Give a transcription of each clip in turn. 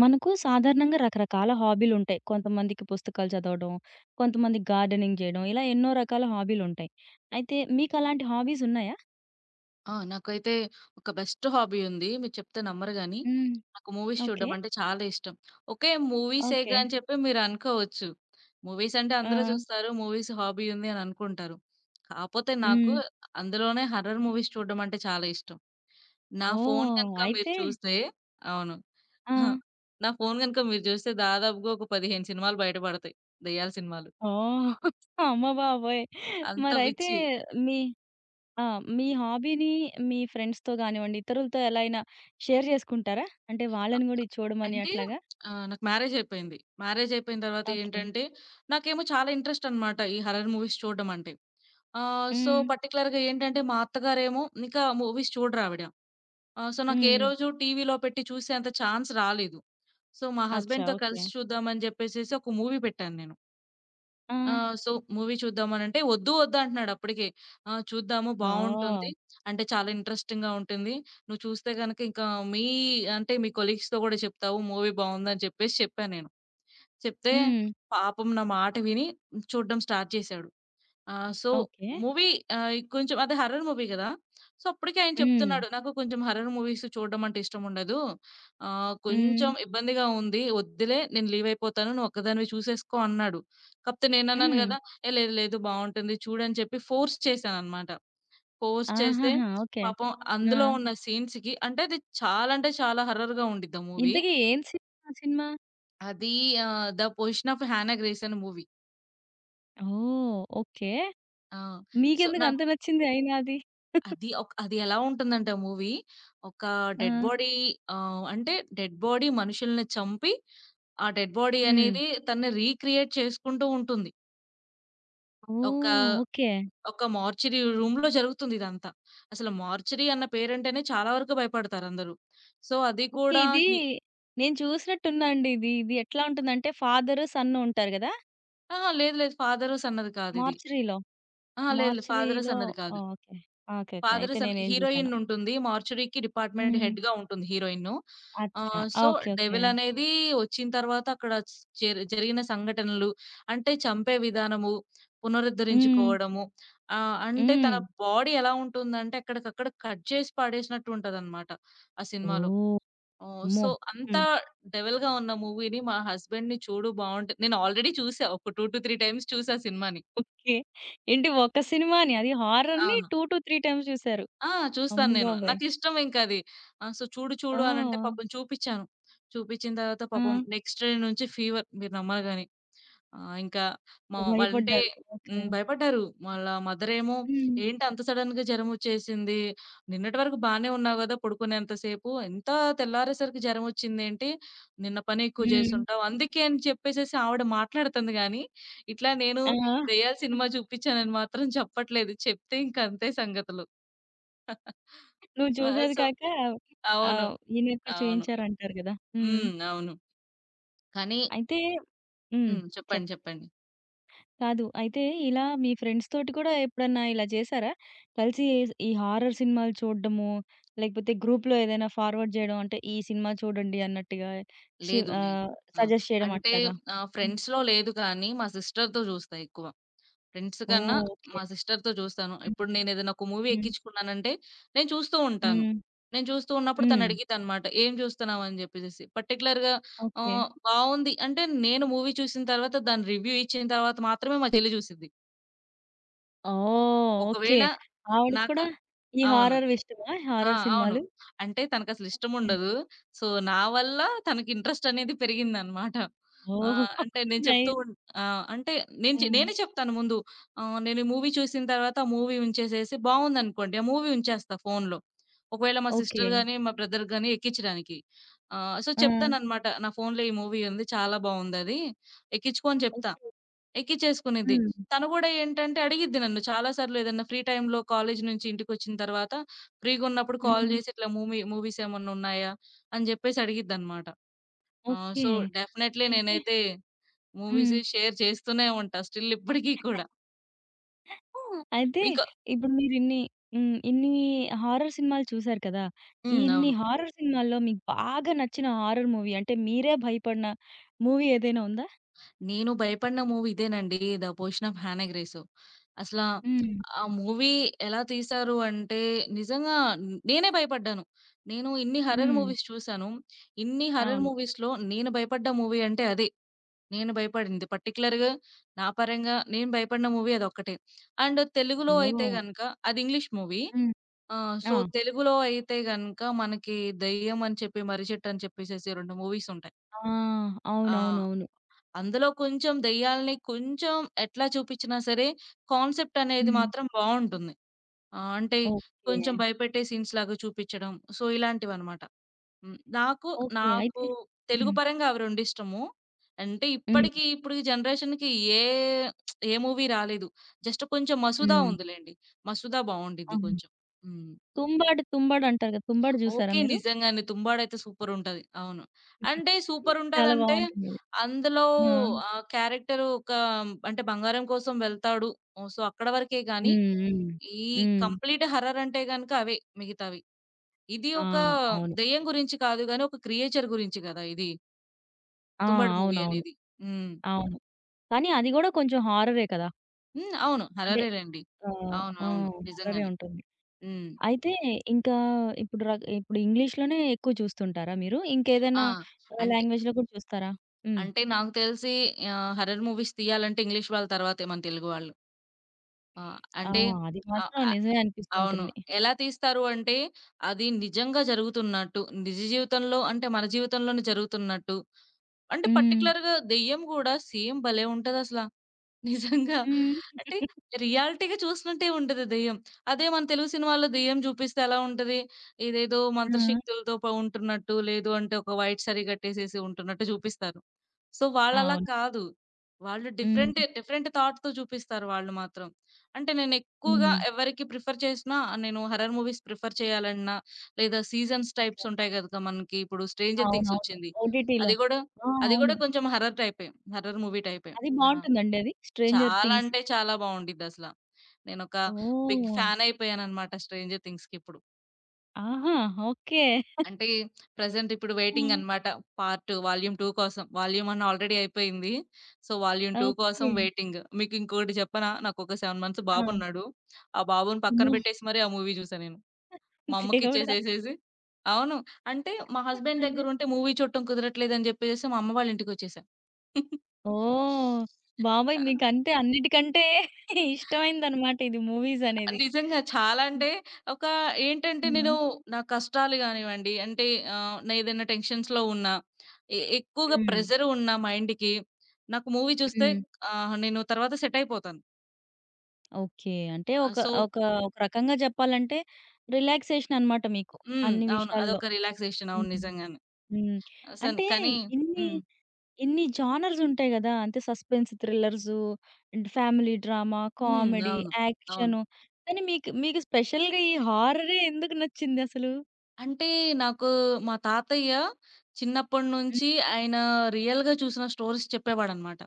మనకు సాధారణంగా రకరకాల హాబీలు ఉంటాయి. కొంతమందికి పుస్తకాలు చదవడం, కొంతమందికి గార్డెనింగ్ చేయడం, ఇలా ఎన్నో రకాల హాబీలు ఉంటాయి. అయితే మీకు అలాంటి హాబీస్ ఉన్నాయా? ఆ! నాకైతే ఒక బెస్ట్ హాబీ ఉంది. మీరు చెప్తే నమ్మరు గాని, హ్మ్. నాకు మూవీస్ ఓకే. చూడడం అంటే చాలా ఇష్టం. Okay, okay. మూవీసేగా అని చెప్పి మీరనుకోవచ్చు. మూవీస్ అంటే ఆ! అందరూ చూస్తారు. మూవీస్ హాబీ ఉంది అని అనుకుంటారు. కాపోతే నాకు హ్మ్. అందులోనే హర్రర్ మూవీస్ చూడడం అంటే చాలా ఇష్టం. నా ఫోను ఓహ్! గనుక మీరు అయితే చూస్తే అవును. ఆ! ఆ! నా ఫోను గనుక మీరు చూస్తే దాదాపుగా ఒక 15 సినిమాలు బయట పడతాయి. దెయ్యాల సినిమాలు. ఓహ్! అమ్మ బాబోయ్! అంత మరైతే పిచ్చి. మీ ఆ! మీ హాబీని మీ ఫ్రెండ్స్‌తో గానివ్వండి, ఇతరులతో ఎలా అయినా షేర్ చేసుకుంటారా? అంటే వాళ్ళని గూడా ఇది చూడమని అంటే అట్లాగా? నాకు మ్యారేజ్ అయిపోయింది. మ్యారేజ్ అయిపోయిన తర్వాత ఓకే. ఏంటంటే, నాకేమో చాలా ఇంట్రెస్ట్ అన్నమాట ఈ హర్రర్ మూవీస్ చూడడం అంటే. హ్మ్. పర్టిక్యులర్‌గా ఏంటంటే, మా అత్తగారేమో ఇంకా మూవీస్ చూడరావిడ. నాకు ఏ హ్మ్. రోజు టీవీలో పెట్టి చూసేంత ఛాన్స్ రాలేదు. సో, మా అచ్చా! హస్బెండ్‌తో ఓకే. కలిసి చూద్దామని చెప్పేసేసి ఒక మూవీ పెట్టాను నేను. ఆ! ఆ! సో, మూవీ చూద్దామనంటే వద్దు వద్దు అంటున్నాడు అప్పటికే. ఆ! చూద్దాము బావుంటుంది. ఓహ్! అంటే చాలా ఇంట్రెస్టింగ్‌గా ఉంటుంది. నువ్వు చూస్తే గనక ఇంకా మీ అంటే మీ కొలీగ్స్‌తో గూడా చెప్తావు, మూవీ బావుందని చెప్పేసి చెప్పా నేను. చెప్తే హ్మ్. పాపం నా మాట విని చూడడం స్టార్ట్ చేశాడు. ఆ! So, okay. మూవీ కొంచెం అది హర్రర్ మూవీ గదా! సో, అప్పటికే ఆయన హ్మ్. చెప్తున్నాడు. నాకు కొంచెం హర్రర్ మూవీస్ చూడడం అంటే ఇష్టముండదు. హ్మ్. కొంచెం ఇబ్బందిగా ఉంది. వద్దులే, నేను లీవ్ అయిపోతాను. నువ్వు ఒక్కదానివి చూసేసుకో అన్నాడు. కాపోతే నేనన్నాను హ్మ్. గదా! ఏ లేదు లేదు బావుంటుంది చూడని చెప్పి ఫోర్స్ చేశాననమాట. ఫోర్స్ చేస్తే ఆహాహా! ఓకే. పాపం ఆ! అందులో ఉన్న సీన్స్‌కి, అంటే అది చాలా అంటే చాలా హర్రర్‌గా ఉండిద్ది ఆ మూవీ. ఇంతకీ ఏం సినిమా ఆ సినిమా? అది 'the possession of Hannah Grace' అనే మూవీ. ఓహ్! ఓకే. ఆ! సో, మీకెందుకు అంత నచ్చింది అయినా అది? అది ఎలా ఉంటుందంటే ఆ మూవీ, ఒక ఆ! డెడ్ బాడీ అంటే డెడ్ బాడీ మనుషుల్ని చంపి, ఆ డెడ్ బాడీ హ్మ్. అనేది తనని రీక్రియేట్ చేసుకుంటూ ఉంటుంది. ఒక, ఓహ్! ఓకే. ఒక మార్చరీ రూమ్‌లో జరుగుతుంది ఇదంతా. అసలు మార్చరీ అన్న పేరంటేనే చాలా వరకు భయపడతారందరూ. సో, అది ఓకే. కూడా ఇది నేను చూసినట్టున్నా అండి ఇది. ఇది ఎట్లా ఉంటుందంటే ఫాదరు, సన్ను ఉంటారు గదా! అహా! లేదు లేదు. ఫాదరర్స్ అన్నది కాదిది. మార్చరీలో. అహా! లేదు లేదు. ఫాదరర్స్ మార్చరీలో అన్నది కాదు. Oh! Okay. Okay. Okay. Father అయితే సన్ నేనేం హీరోయిన్ జూసానో. ఉంటుంది. మార్చురీకి డిపార్ట్‌మెంట్ హ్మ్. హెడ్‌గా ఉంటుంది హీరోయిను. అచ్చా! ఆహ్, సో, ఓకే. ఓకే. డెవిల్ అనేది వచ్చిన తర్వాత అక్కడ స్ జరి జరిగిన సంఘటనలు, అంటే చంపే విధానము, హ్మ్. పునరుద్ధరించుకోవడము, అంటే తన హ్మ్. బాడీ ఎలా ఉంటుందంటే ఎక్కడికక్కడ కట్ చేసి పడేసినట్టు ఉంటదనమాట ఆ సినిమాలో. ఓహ్! ఓహ్! అమ్మో! సో, అంత హ్మ్. డెవిల్‌గా ఉన్న మూవీని మా హస్బెండ్‌ని చూడు బావుంటు, నేను ఆల్రెడీ చూసా. ఒక 2-3 టైమ్స్ చూసా సినిమాని. ఓకే. ఏంటి ఒక్క సినిమాని? అది హారర్‌ని అవును. 2-3 టైమ్స్ చూసారు. ఆ! అమ్మ చూస్తాను నేను. బాబోయ్! నాకిష్టం ఇంకది. ఆ! సో, చూడు చూడు అనంటే ఆ! పాపం చూపిచ్చాను. చూపిచ్చిన తర్వాత ఆ! పాపం నెక్స్ట్ డే నుంచి ఫీవర్, మీరు నమ్మరు గాని. ఇంకా మా వాళ్ళంటే భయపడ్డారు. ఓకే. హ్మ్. భయపడ్డారు. వాళ్ళ మదరేమో, హ్మ్. "ఏంటి అంత సడెన్‌గా జరమొచ్చేసింది? నిన్నటి వరకు బానే ఉన్నావు గదా! పడుకునేంత సేపు. ఎంత తెల్లారేసరికి జరమొచ్చిందేంటి? నిన్న పని ఎక్కువ హ్మ్. చేసుంటావు." అందుకే అని చెప్పేసేసి ఆవిడ మాట్లాడుతుంది గానీ, ఇట్లా నేను ఆ! దెయ్యాల సినిమా చూపిచ్చానని మాత్రం చెప్పట్లేదు. చెప్తే ఇంకంతే సంగతులు. నువ్వు ఆ! చూసేది సో కాక అవును. ఆహ్, ఈయనకి కూడా అవును. చూయించారంటారు గదా! హ్మ్. హ్మ్. అవును. కానీ అయితే హ్మ్. హ్మ్. చెప్పండి. చెప్పండి. చెప్పండి. కాదు. అయితే ఇలా మీ ఫ్రెండ్స్ తోటి కూడా ఎప్పుడన్నా ఇలా చేసారా? కలిసి ఈ హారర్ సినిమాలు చూడడము, లేకపోతే గ్రూప్‌లో ఏదైనా ఫార్వర్డ్ జేయడం అంటే, "ఈ సినిమా చూడండి" అన్నట్టుగా షి లేదు. లేదు. ఆహ్, ఆ! సజెస్ట్ చేయడం అంటే అట్లాగా? ఫ్రెండ్స్‌లో లేదు కానీ మా సిస్టర్‌తో చూస్తా ఎక్కువ. ఫ్రెండ్స్ కన్నా ఓహ్! ఓకే. మా సిస్టర్‌తో చూస్తాను. హ్మ్. ఇప్పుడు నేనేదైనా ఒక మూవీ హ్మ్. ఎక్కించుకున్నానంటే నేను చూస్తూ ఉంటాను. హ్మ్. నేను చూస్తూ ఉన్నప్పుడు తను హ్మ్. అడిగిద్దనమాట. "ఏం చూస్తున్నావు?" అని చెప్పేసేసి. పర్టిక్యులర్‌గా ఓకే. బావుంది అంటే, నేను మూవీ చూసిన తర్వాత దాని రివ్యూ ఇచ్చిన తర్వాత మాత్రమే మా చెల్లి చూసిద్ది. ఓహ్! ఓకే. ఒకవేళ ఆవిడకి నాక కూడా ఈ అవును. హారర్‌వి ఇష్టమా? ఆ! హారర్ అవును. సినిమాలు? అంటే తనకసలు ఓకే. ఇష్టముండదు. సో, నా వల్ల తనకి ఇంట్రెస్ట్ అనేది పెరిగిందనమాట. ఓహ్! అంటే నేను చెప్తూ నైస్. ఉన్ ఆ! అంటే నేను ఆ! చె నేనే చెప్తాను ముందు. నేను ఈ మూవీ చూసిన తర్వాత ఆ మూవీ ఉంచేసేసి, బావుందనుకోండి, ఆ మూవీ ఉంచేస్తా ఫోనులో. ఒకవేళ మా ఓకే. సిస్టర్ గాని, మా బ్రదర్ గాని ఎక్కిచ్చడానికి. ఆ! చెప్తాననమాట. నా ఫోనులో ఈ మూవీ ఉంది, చాలా బావుందది. ఎక్కించుకో అని చెప్తా. ఓకే. ఎక్కించేసుకునిద్ది. హ్మ్. తను గూడా ఏంటంటే అడిగిద్ది నన్ను, చాలా సార్లు ఏదన్నా ఫ్రీ టైమ్‌లో కాలేజ్ నుంచి ఇంటికొచ్చిన తర్వాత ఫ్రీగున్నప్పుడు కాల్ హ్మ్. జేసి, ఇట్లా మూవీస్ ఏమన్నా ఉన్నాయా? అని జెప్పేసి అడిగిద్దనమాట. ఆహ్, ఓకే. సో, డెఫినైట్‌లీ అయితే నేనైతే హ్మ్. మూవీస్ షేర్ చేస్తూనే ఉంటా. స్టిల్ ఇప్పటికి కూడా. అయితే ఇంకా ఇప్పుడు మీరిన్ని హ్మ్. ఇన్ని హారర్ సినిమాలు చూసారు కదా! హ్మ్. ఇన్ని అవును. హారర్ సినిమాల్లో మీకు బాగా నచ్చిన హారర్ మూవీ అంటే మీరే భయపడిన మూవీ ఏదైనా ఉందా? నేను భయపడిన మూవీ ఇదేనండి. 'The possession of Hannah Grace.' అసలా హ్మ్. ఆ మూవీ ఎలా తీశారు అంటే, నిజంగా నేనే భయపడ్డాను. నేను ఇన్ని హర్రర్ హ్మ్. మూవీస్ చూసాను. ఇన్ని హర్రర్ అవును. మూవీస్‌లో నేను భయపడ్డ మూవీ అంటే అదే. నేను భయపడింది. పర్టిక్యులర్‌గా నా పరంగా నేను భయపడిన మూవీ అదొక్కటే. అండ్ తెలుగులో అయితే ఓహ్! గనక, అది ఇంగ్లీష్ మూవీ. హ్మ్. ఆ! తెలుగులో అయితే గనక మనకి 'దెయ్యం' అని చెప్పి, 'మర్రిచెట్టు' అని చెప్పేసేసి 2 మూవీస్ ఉంటాయి. ఆ! ఆ! అవునవునవును. అందులో కొంచెం దెయ్యాల్ని కొంచెం ఎట్లా చూపిచ్చినా సరే, కాన్సెప్ట్ అనేది హ్మ్. మాత్రం బావుంటుంది. అంటే ఓకే. కొంచెం భయపెట్టే సీన్స్ లాగా చూపిచ్చడం. సో, ఇలాంటివనమాట. హ్మ్. ఓకే. నాకు అయితే తెలుగు హ్మ్. పరంగా అవి రెండిష్టము. అంటే హ్మ్. ఇప్పటికి ఇప్పుడు ఈ జనరేషన్‌కి ఏ ఏ మూవీ రాలేదు. జస్ట్ కొంచెం 'మసూదా' హ్మ్. ఉందిలెండి. 'మసూదా' బావుండిద్ది ఆహా! కొంచెం. హ్మ్. 'తుంబాడు తుంబాడు' అంటారు కదా! 'తుంబాడు' జూసారా ఓకే. మీరు? నిజంగానే. తుంబాడయితే సూపరుంటది. అవును. అంటే చాలా సూపరుంటదంటే బావుంటుందది. అందులో ఆ! ఆ క్యారెక్టర్ ఒక అంటే బంగారం కోసం వెళ్తాడు. ఓహ్! సో, అక్కడ వరకే గాని, హ్మ్. హ్మ్. ఈ హ్మ్. కంప్లీట్ హర్రర్ అంటే గనుక అవే మిగతావి. ఇది ఆ! ఒక అవును. దెయ్యం గురించి కాదు గాని, ఒక క్రియేచర్ గురించి గదా! ఇది ఆ! 'తుంబడు' మూవీ అవునవును. అనేది. హ్మ్. అవును. కానీ అది గూడా కొంచెం హారరే కదా! హ్మ్. అవును. అంటే హర్రరే లెండి. ఆహ్, అవును. ఆ! అవును. హారరే నిజంగానే. ఉంటుంది. హ్మ్. అయితే ఇంకా ఇప్పుడు ఇప్పుడు ఇంగ్లీష్‌లోనే ఎక్కువ చూస్తుంటారా మీరు? ఇంకేదైనా ఆ! అంటే లాంగ్వేజ్‌లో కూడా చూస్తారా? హ్మ్. అంటే నాకు తెలిసి హర్రర్ మూవీస్ తీయాలంటే ఇంగ్లీష్ వాళ్ళ తర్వాతే మన తెలుగు వాళ్ళు. ఆ! ఆ! అంటే అది ఆహ్, మాత్రం ఆహ్, నిజమే అవును. అనిపిస్తుంటుంది. ఎలా తీస్తారు అంటే, అది నిజంగా జరుగుతున్నట్టు, నిజ జీవితంలో అంటే, మన జీవితంలోనే జరుగుతున్నట్టు. అంటే హ్మ్. పర్టిక్యులర్‌గా దెయ్యం గూడా సేమ్ భలే ఉంటదసల. నిజంగా. హ్మ్. అంటే రియాలిటీ‌గా చూసినట్టే ఉంటది దెయ్యం. అదే మన తెలుగు సినిమాల్లో దెయ్యం చూపిస్తే ఎలా ఉంటది? ఇదేదో ఆ! మంత్రశక్తులతో ఉంటున్నట్టు, లేదు అంటే ఒక వైట్ సారీ కట్టేసేసి ఉంటున్నట్టు చూపిస్తారు. సో, వాళ్ళలా అవును. కాదు. వాళ్ళు హ్మ్. డిఫరెంట్ థాట్‌తో చూపిస్తారు వాళ్ళు మాత్రం. అంటే నేను ఎక్కువగా హ్మ్. ఎవరికి ప్రిఫర్ చేసినా, నేను హారర్ మూవీస్ ప్రిఫర్ చేయాలన్నా, లేదా సీజన్స్ ఓకే. టైప్స్ ఉంటాయి గదా! మనకి ఇప్పుడు 'స్ట్రేంజర్ థింగ్స్' అవునవును. వచ్చింది. ఓటీటీలో. అది గూడా ఆ! అది అవును. గూడా కొంచెం హారర్ టైపే. హారర్ మూవీ టైపే. అది ఆ! బావుంటుందండి అది 'స్ట్రేంజర్ చాలా థింగ్స్'. అంటే చాలా బావుండిద్దసల. నేనొక బిగ్ ఓహ్! ఫ్యానయిపోయాననమాట 'స్ట్రేంజర్ థింగ్స్‌కిప్పుడు.' ఆహా! ఓకే. అంటే ఇప్పుడు ఆ! వెయిటింగ్ అనమాట. పార్ట్ వాల్యూమ్ 2 కోసం. వాల్యూమ్ 1 ఆల్రెడీ అయిపోయింది. So, volume 2 okay. కోసం వెయిటింగ్. మీకింకోటి చెప్పనా? నాకొక 7 మంత్స్ ఆ! బాబున్నాడు. ఆ బాబుని పక్కన అమ్మో! పెట్టేసి మరి ఆ మూవీ జూసా నేను. మా దేవుడా! అమ్మకిచ్చేసేసేసి అవును. అంటే మా హస్బెండ్ అదే. దగ్గరుంటే మూవీ చూడటం కుదరట్లేదని జెప్పేసేసి మా అమ్మ వాళ్ళ ఇంటికొచ్చేసా. ఓహ్! బాబోయ్! మీకంటే అన్నిటికంటే ఇష్టమైందన్నమాట ఇది మూవీస్ అనేది. నిజంగా చాలా హ్మ్. అంటే ఒక ఏంటంటే హ్మ్. నేను నా కష్టాలు గానివ్వండి, అంటే నేదైనా టెన్షన్స్‌లో ఉన్నా, ఎక్కువగా ప్రెషర్ ఉన్న మైండ్‌కి నాకు మూవీ చూస్తే హ్మ్. నేను తర్వాత సెట్ అయిపోతాను. ఓకే. అంటే ఒక ఆహ్, సో ఒక ఒక రకంగా జెప్పాలంటే రిలాక్సేషన్ అనమాట మీకు. హ్మ్. అన్ని అవును. విషయాల్లో. అదొక రిలాక్సేషన్. అవును. హ్మ్. నిజంగానే. హ్మ్. అసలు అంటే కానీ ఇన్ని హ్మ్. ఇన్ని జానర్స్ ఉంటాయి గదా! అంటే suspense thrillers, and family drama, హ్మ్. కామెడీ, అవును. అవును. యాక్షను. కానీ మీకు మీకు స్పెషల్‌గా ఈ హారరే ఎందుకు నచ్చిందసలు? అంటే నాకు మా తాతయ్య హ్మ్. చిన్నప్పటినుంచి ఆయన రియల్‌గా చూసిన స్టోరీస్ చెప్పేవాడన్నమాట.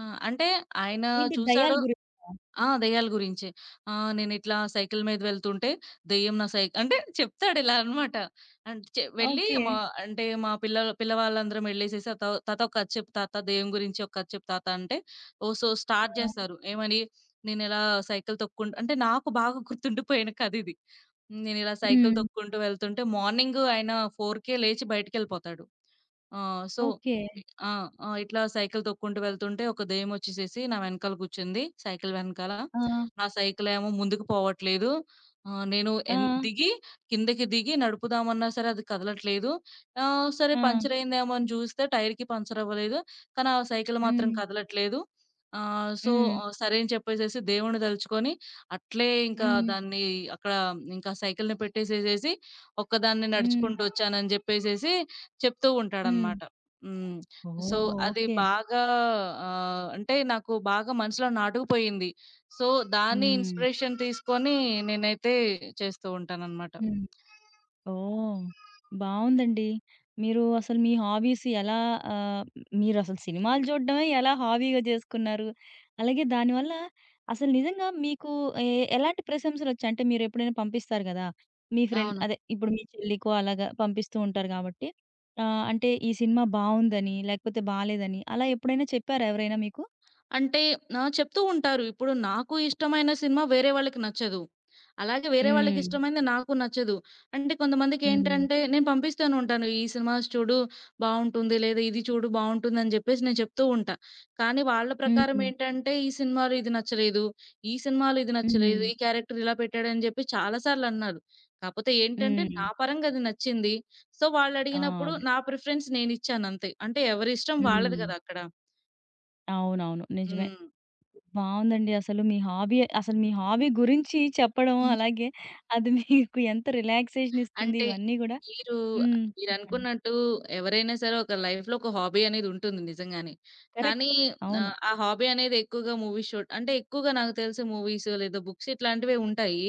ఆ! అంటే ఆయన ఏంటి దయ్యాల చూసాడు గురించా? ఆ! దెయ్యాల గురించే. నేనిట్లా సైకిల్ మీద వెళ్తుంటే దెయ్యం నా సై అంటే చెప్తాడు ఇలా అనమాట. అంటే వెళ్ళి ఓకే. అంటే మా పిల్లవాళ్ళందరం ఎళ్ళేసేసి, "తాత, తాత ఒక కథ చెప్పు, తాత దెయ్యం గురించి ఒక కథ చెప్పు తాత" అంటే ఓ సో స్టార్ట్ ఆ! జేస్తారు. ఏమని నేనిలా సైకిల్ తొక్కుకుంటూ అంటే నాకు బాగా గుర్తుండిపోయిన కథిది. హ్మ్. నేనిలా సైకిల్ హ్మ్. తొక్కుంటూ వెళ్తుంటే మార్నింగ్ ఆయన 4:00కే లేచి బయటికెళ్ళిపోతాడు. ఆహ్, సో ఓకే. ఆ! ఆ! ఇట్లా సైకిల్ తొక్కుంటూ వెళ్తుంటే ఒక దెయ్యమొచ్చేసేసి నా వెనకాల కూర్చుంది. సైకిల్ వెనకాల. ఆ! నా సైకిలేమో ముందుకు పోవట్లేదు. ఆహ్, నేను ఆ! ఎన్ దిగి కిందకి దిగి నడుపుదామన్నా సరే అది కదలట్లేదు. సరే ఆ! పంచరయిందేమో అని చూస్తే టైర్‌కి పంచరవ్వలేదు. కానీ ఆ సైకిల్ మాత్రం హ్మ్. కదలట్లేదు. ఆహ్, సో, హ్మ్. సరే అని చెప్పేసేసి దేవుడిని తలుచుకొని అట్లే ఇంకా హ్మ్. దాన్ని అక్కడ ఇంకా సైకిల్‌ని పెట్టేసేసేసి ఒక్కదాన్నే హ్మ్. నడుచుకుంటూ వచ్చానని జెప్పేసేసి చెప్తూ హ్మ్. ఉంటాడనమాట. హ్మ్. ఓహ్! సో, అది ఓకే. బాగా అంటే నాకు బాగా మనసులో నాటుకుపోయింది. సో, దాన్ని హ్మ్. ఇన్‌స్పిరేషన్ తీసుకొని నేనైతే చేస్తూ ఉంటాననమాట. హ్మ్. ఓహ్! బావుందండి. మీరు అసలు మీ హాబీస్ ఎలా ఆహ్, మీరసలు సినిమాలు చూడడమే ఎలా హాబీగా చేసుకున్నారు? అలాగే దానివల్ల అసలు నిజంగా మీకు ఎ ఎలాంటి ప్రశంసలొచ్చాయి? అంటే మీరెప్పుడైనా పంపిస్తారు గదా! మీ ఫ్రెండ్ అవును. అదే ఇప్పుడు మీ చెల్లికో అలాగా పంపిస్తూ ఉంటారు గాబట్టి, ఆహ్, అంటే ఈ సినిమా బావుందని, లేకపోతే బాలేదని అలా ఎప్పుడైనా చెప్పారా ఎవరైనా మీకు? అంటే ఆ! చెప్తూ ఉంటారు. ఇప్పుడు నాకు ఇష్టమైన సినిమా వేరే వాళ్ళకి నచ్చదు. అలాగే వేరే వాళ్ళకి హ్మ్. ఇష్టమైనది నాకు నచ్చదు. అంటే హ్మ్. కొంతమందికేంటంటే నేను పంపిస్తూనే ఉంటాను. "ఈ సినిమాస్ చూడు బావుంటుంది" లేదా "ఇది చూడు బావుంటుంది" అని చెప్పేసి నేను చెప్తూ ఉంటా. కానీ వాళ్ళ ప్రకారం హ్మ్. ఏంటంటే ఈ సినిమాలో ఇది నచ్చలేదు, ఈ సినిమాలో ఇది నచ్చలేదు, హ్మ్. ఈ క్యారెక్టర్ ఇలా పెట్టాడని చెప్పి చాలా సార్లన్నారు. కాపోతే ఏంటంటే హ్మ్. నా పరంగా అది నచ్చింది. సో ఆ! వాళ్ళడిగినప్పుడు అదే. నా ప్రిఫరెన్స్ నేనిచ్చానంతే. అంటే ఎవరి ఇష్టం వాళ్ళది హ్మ్. గదా! అక్కడ. అవునవును. నిజమే. హ్మ్. బావుందండి. అసలు మీ హాబీ గురించి చెప్పడం, అలాగే అది మీకు ఎంత రిలాక్సేషన్ ఇస్తుంది అంటే ఇవన్నీ గూడా మీరు హ్మ్. చెప్పండి. మీరనుకున్నట్టు ఎవరైనా సరే ఒక లైఫ్‌లో ఒక హాబీ అనేదుంటుంది నిజంగానే. కానీ కరెక్ట్. అవును. ఆ హాబీ అనేది ఎక్కువగా మూవీస్ చూడ్ అంటే ఎక్కువగా నాకు తెలిసి మూవీస్ లేదా బుక్స్ ఇట్లాంటివే ఉంటాయి.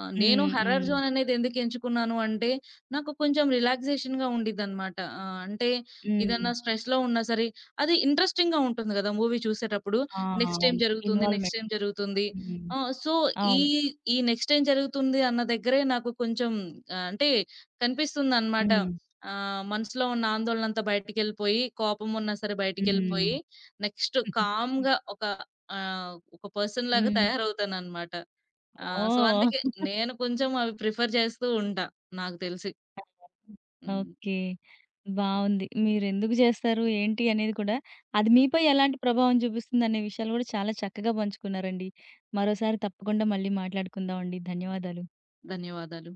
నేను హ్మ్. హర్రర్ హ్మ్. జోన్ అనేది ఎందుకు ఎంచుకున్నాను అంటే, నాకు కొంచెం రిలాక్సేషన్‌గా ఉండిద్దనమాట. అంటే హ్మ్. ఏదన్నా స్ట్రెస్‌లో ఉన్నా సరే అది ఇంట్రెస్టింగ్‌గా ఉంటుంది గదా! మూవీ చూసేటప్పుడు. ఆ! నెక్స్ట్ ఏం అవును. జరుగుతుంది? Next involvement. ఏం జరుగుతుంది? హ్మ్. ఆహ్, సో, ఈ అవును. ఈ నెక్స్ట్ ఏం జరుగుతుంది అన్న దగ్గరే నాకు కొంచెం అంటే కనిపిస్తుందనమాట. హ్మ్. మనసులో ఉన్న ఆందోళనంతా బయటికెళ్ళిపోయి, కోపమున్నా సరే హ్మ్. బయటికెళ్ళిపోయి, నెక్స్ట్ కామ్‌గా ఒక పర్సన్ లాగా హ్మ్. తయారవుతాననమాట. అందుకే ఓహ్! నేను కొంచెం అవి ప్రిఫర్ చేస్తూ ఉంటా నాకు తెలిసి. హ్మ్. ఓకే. బావుంది. మీరెందుకు జేస్తారు, ఏంటి అనేది కూడా, అది మీపై ఎలాంటి ప్రభావం చూపిస్తుందనే విషయాలు గూడా చాలా చక్కగా పంచుకున్నారండి. మరోసారి తప్పకుండా మళ్ళీ మాట్లాడుకుందామండి. ధన్యవాదాలు. ధన్యవాదాలు.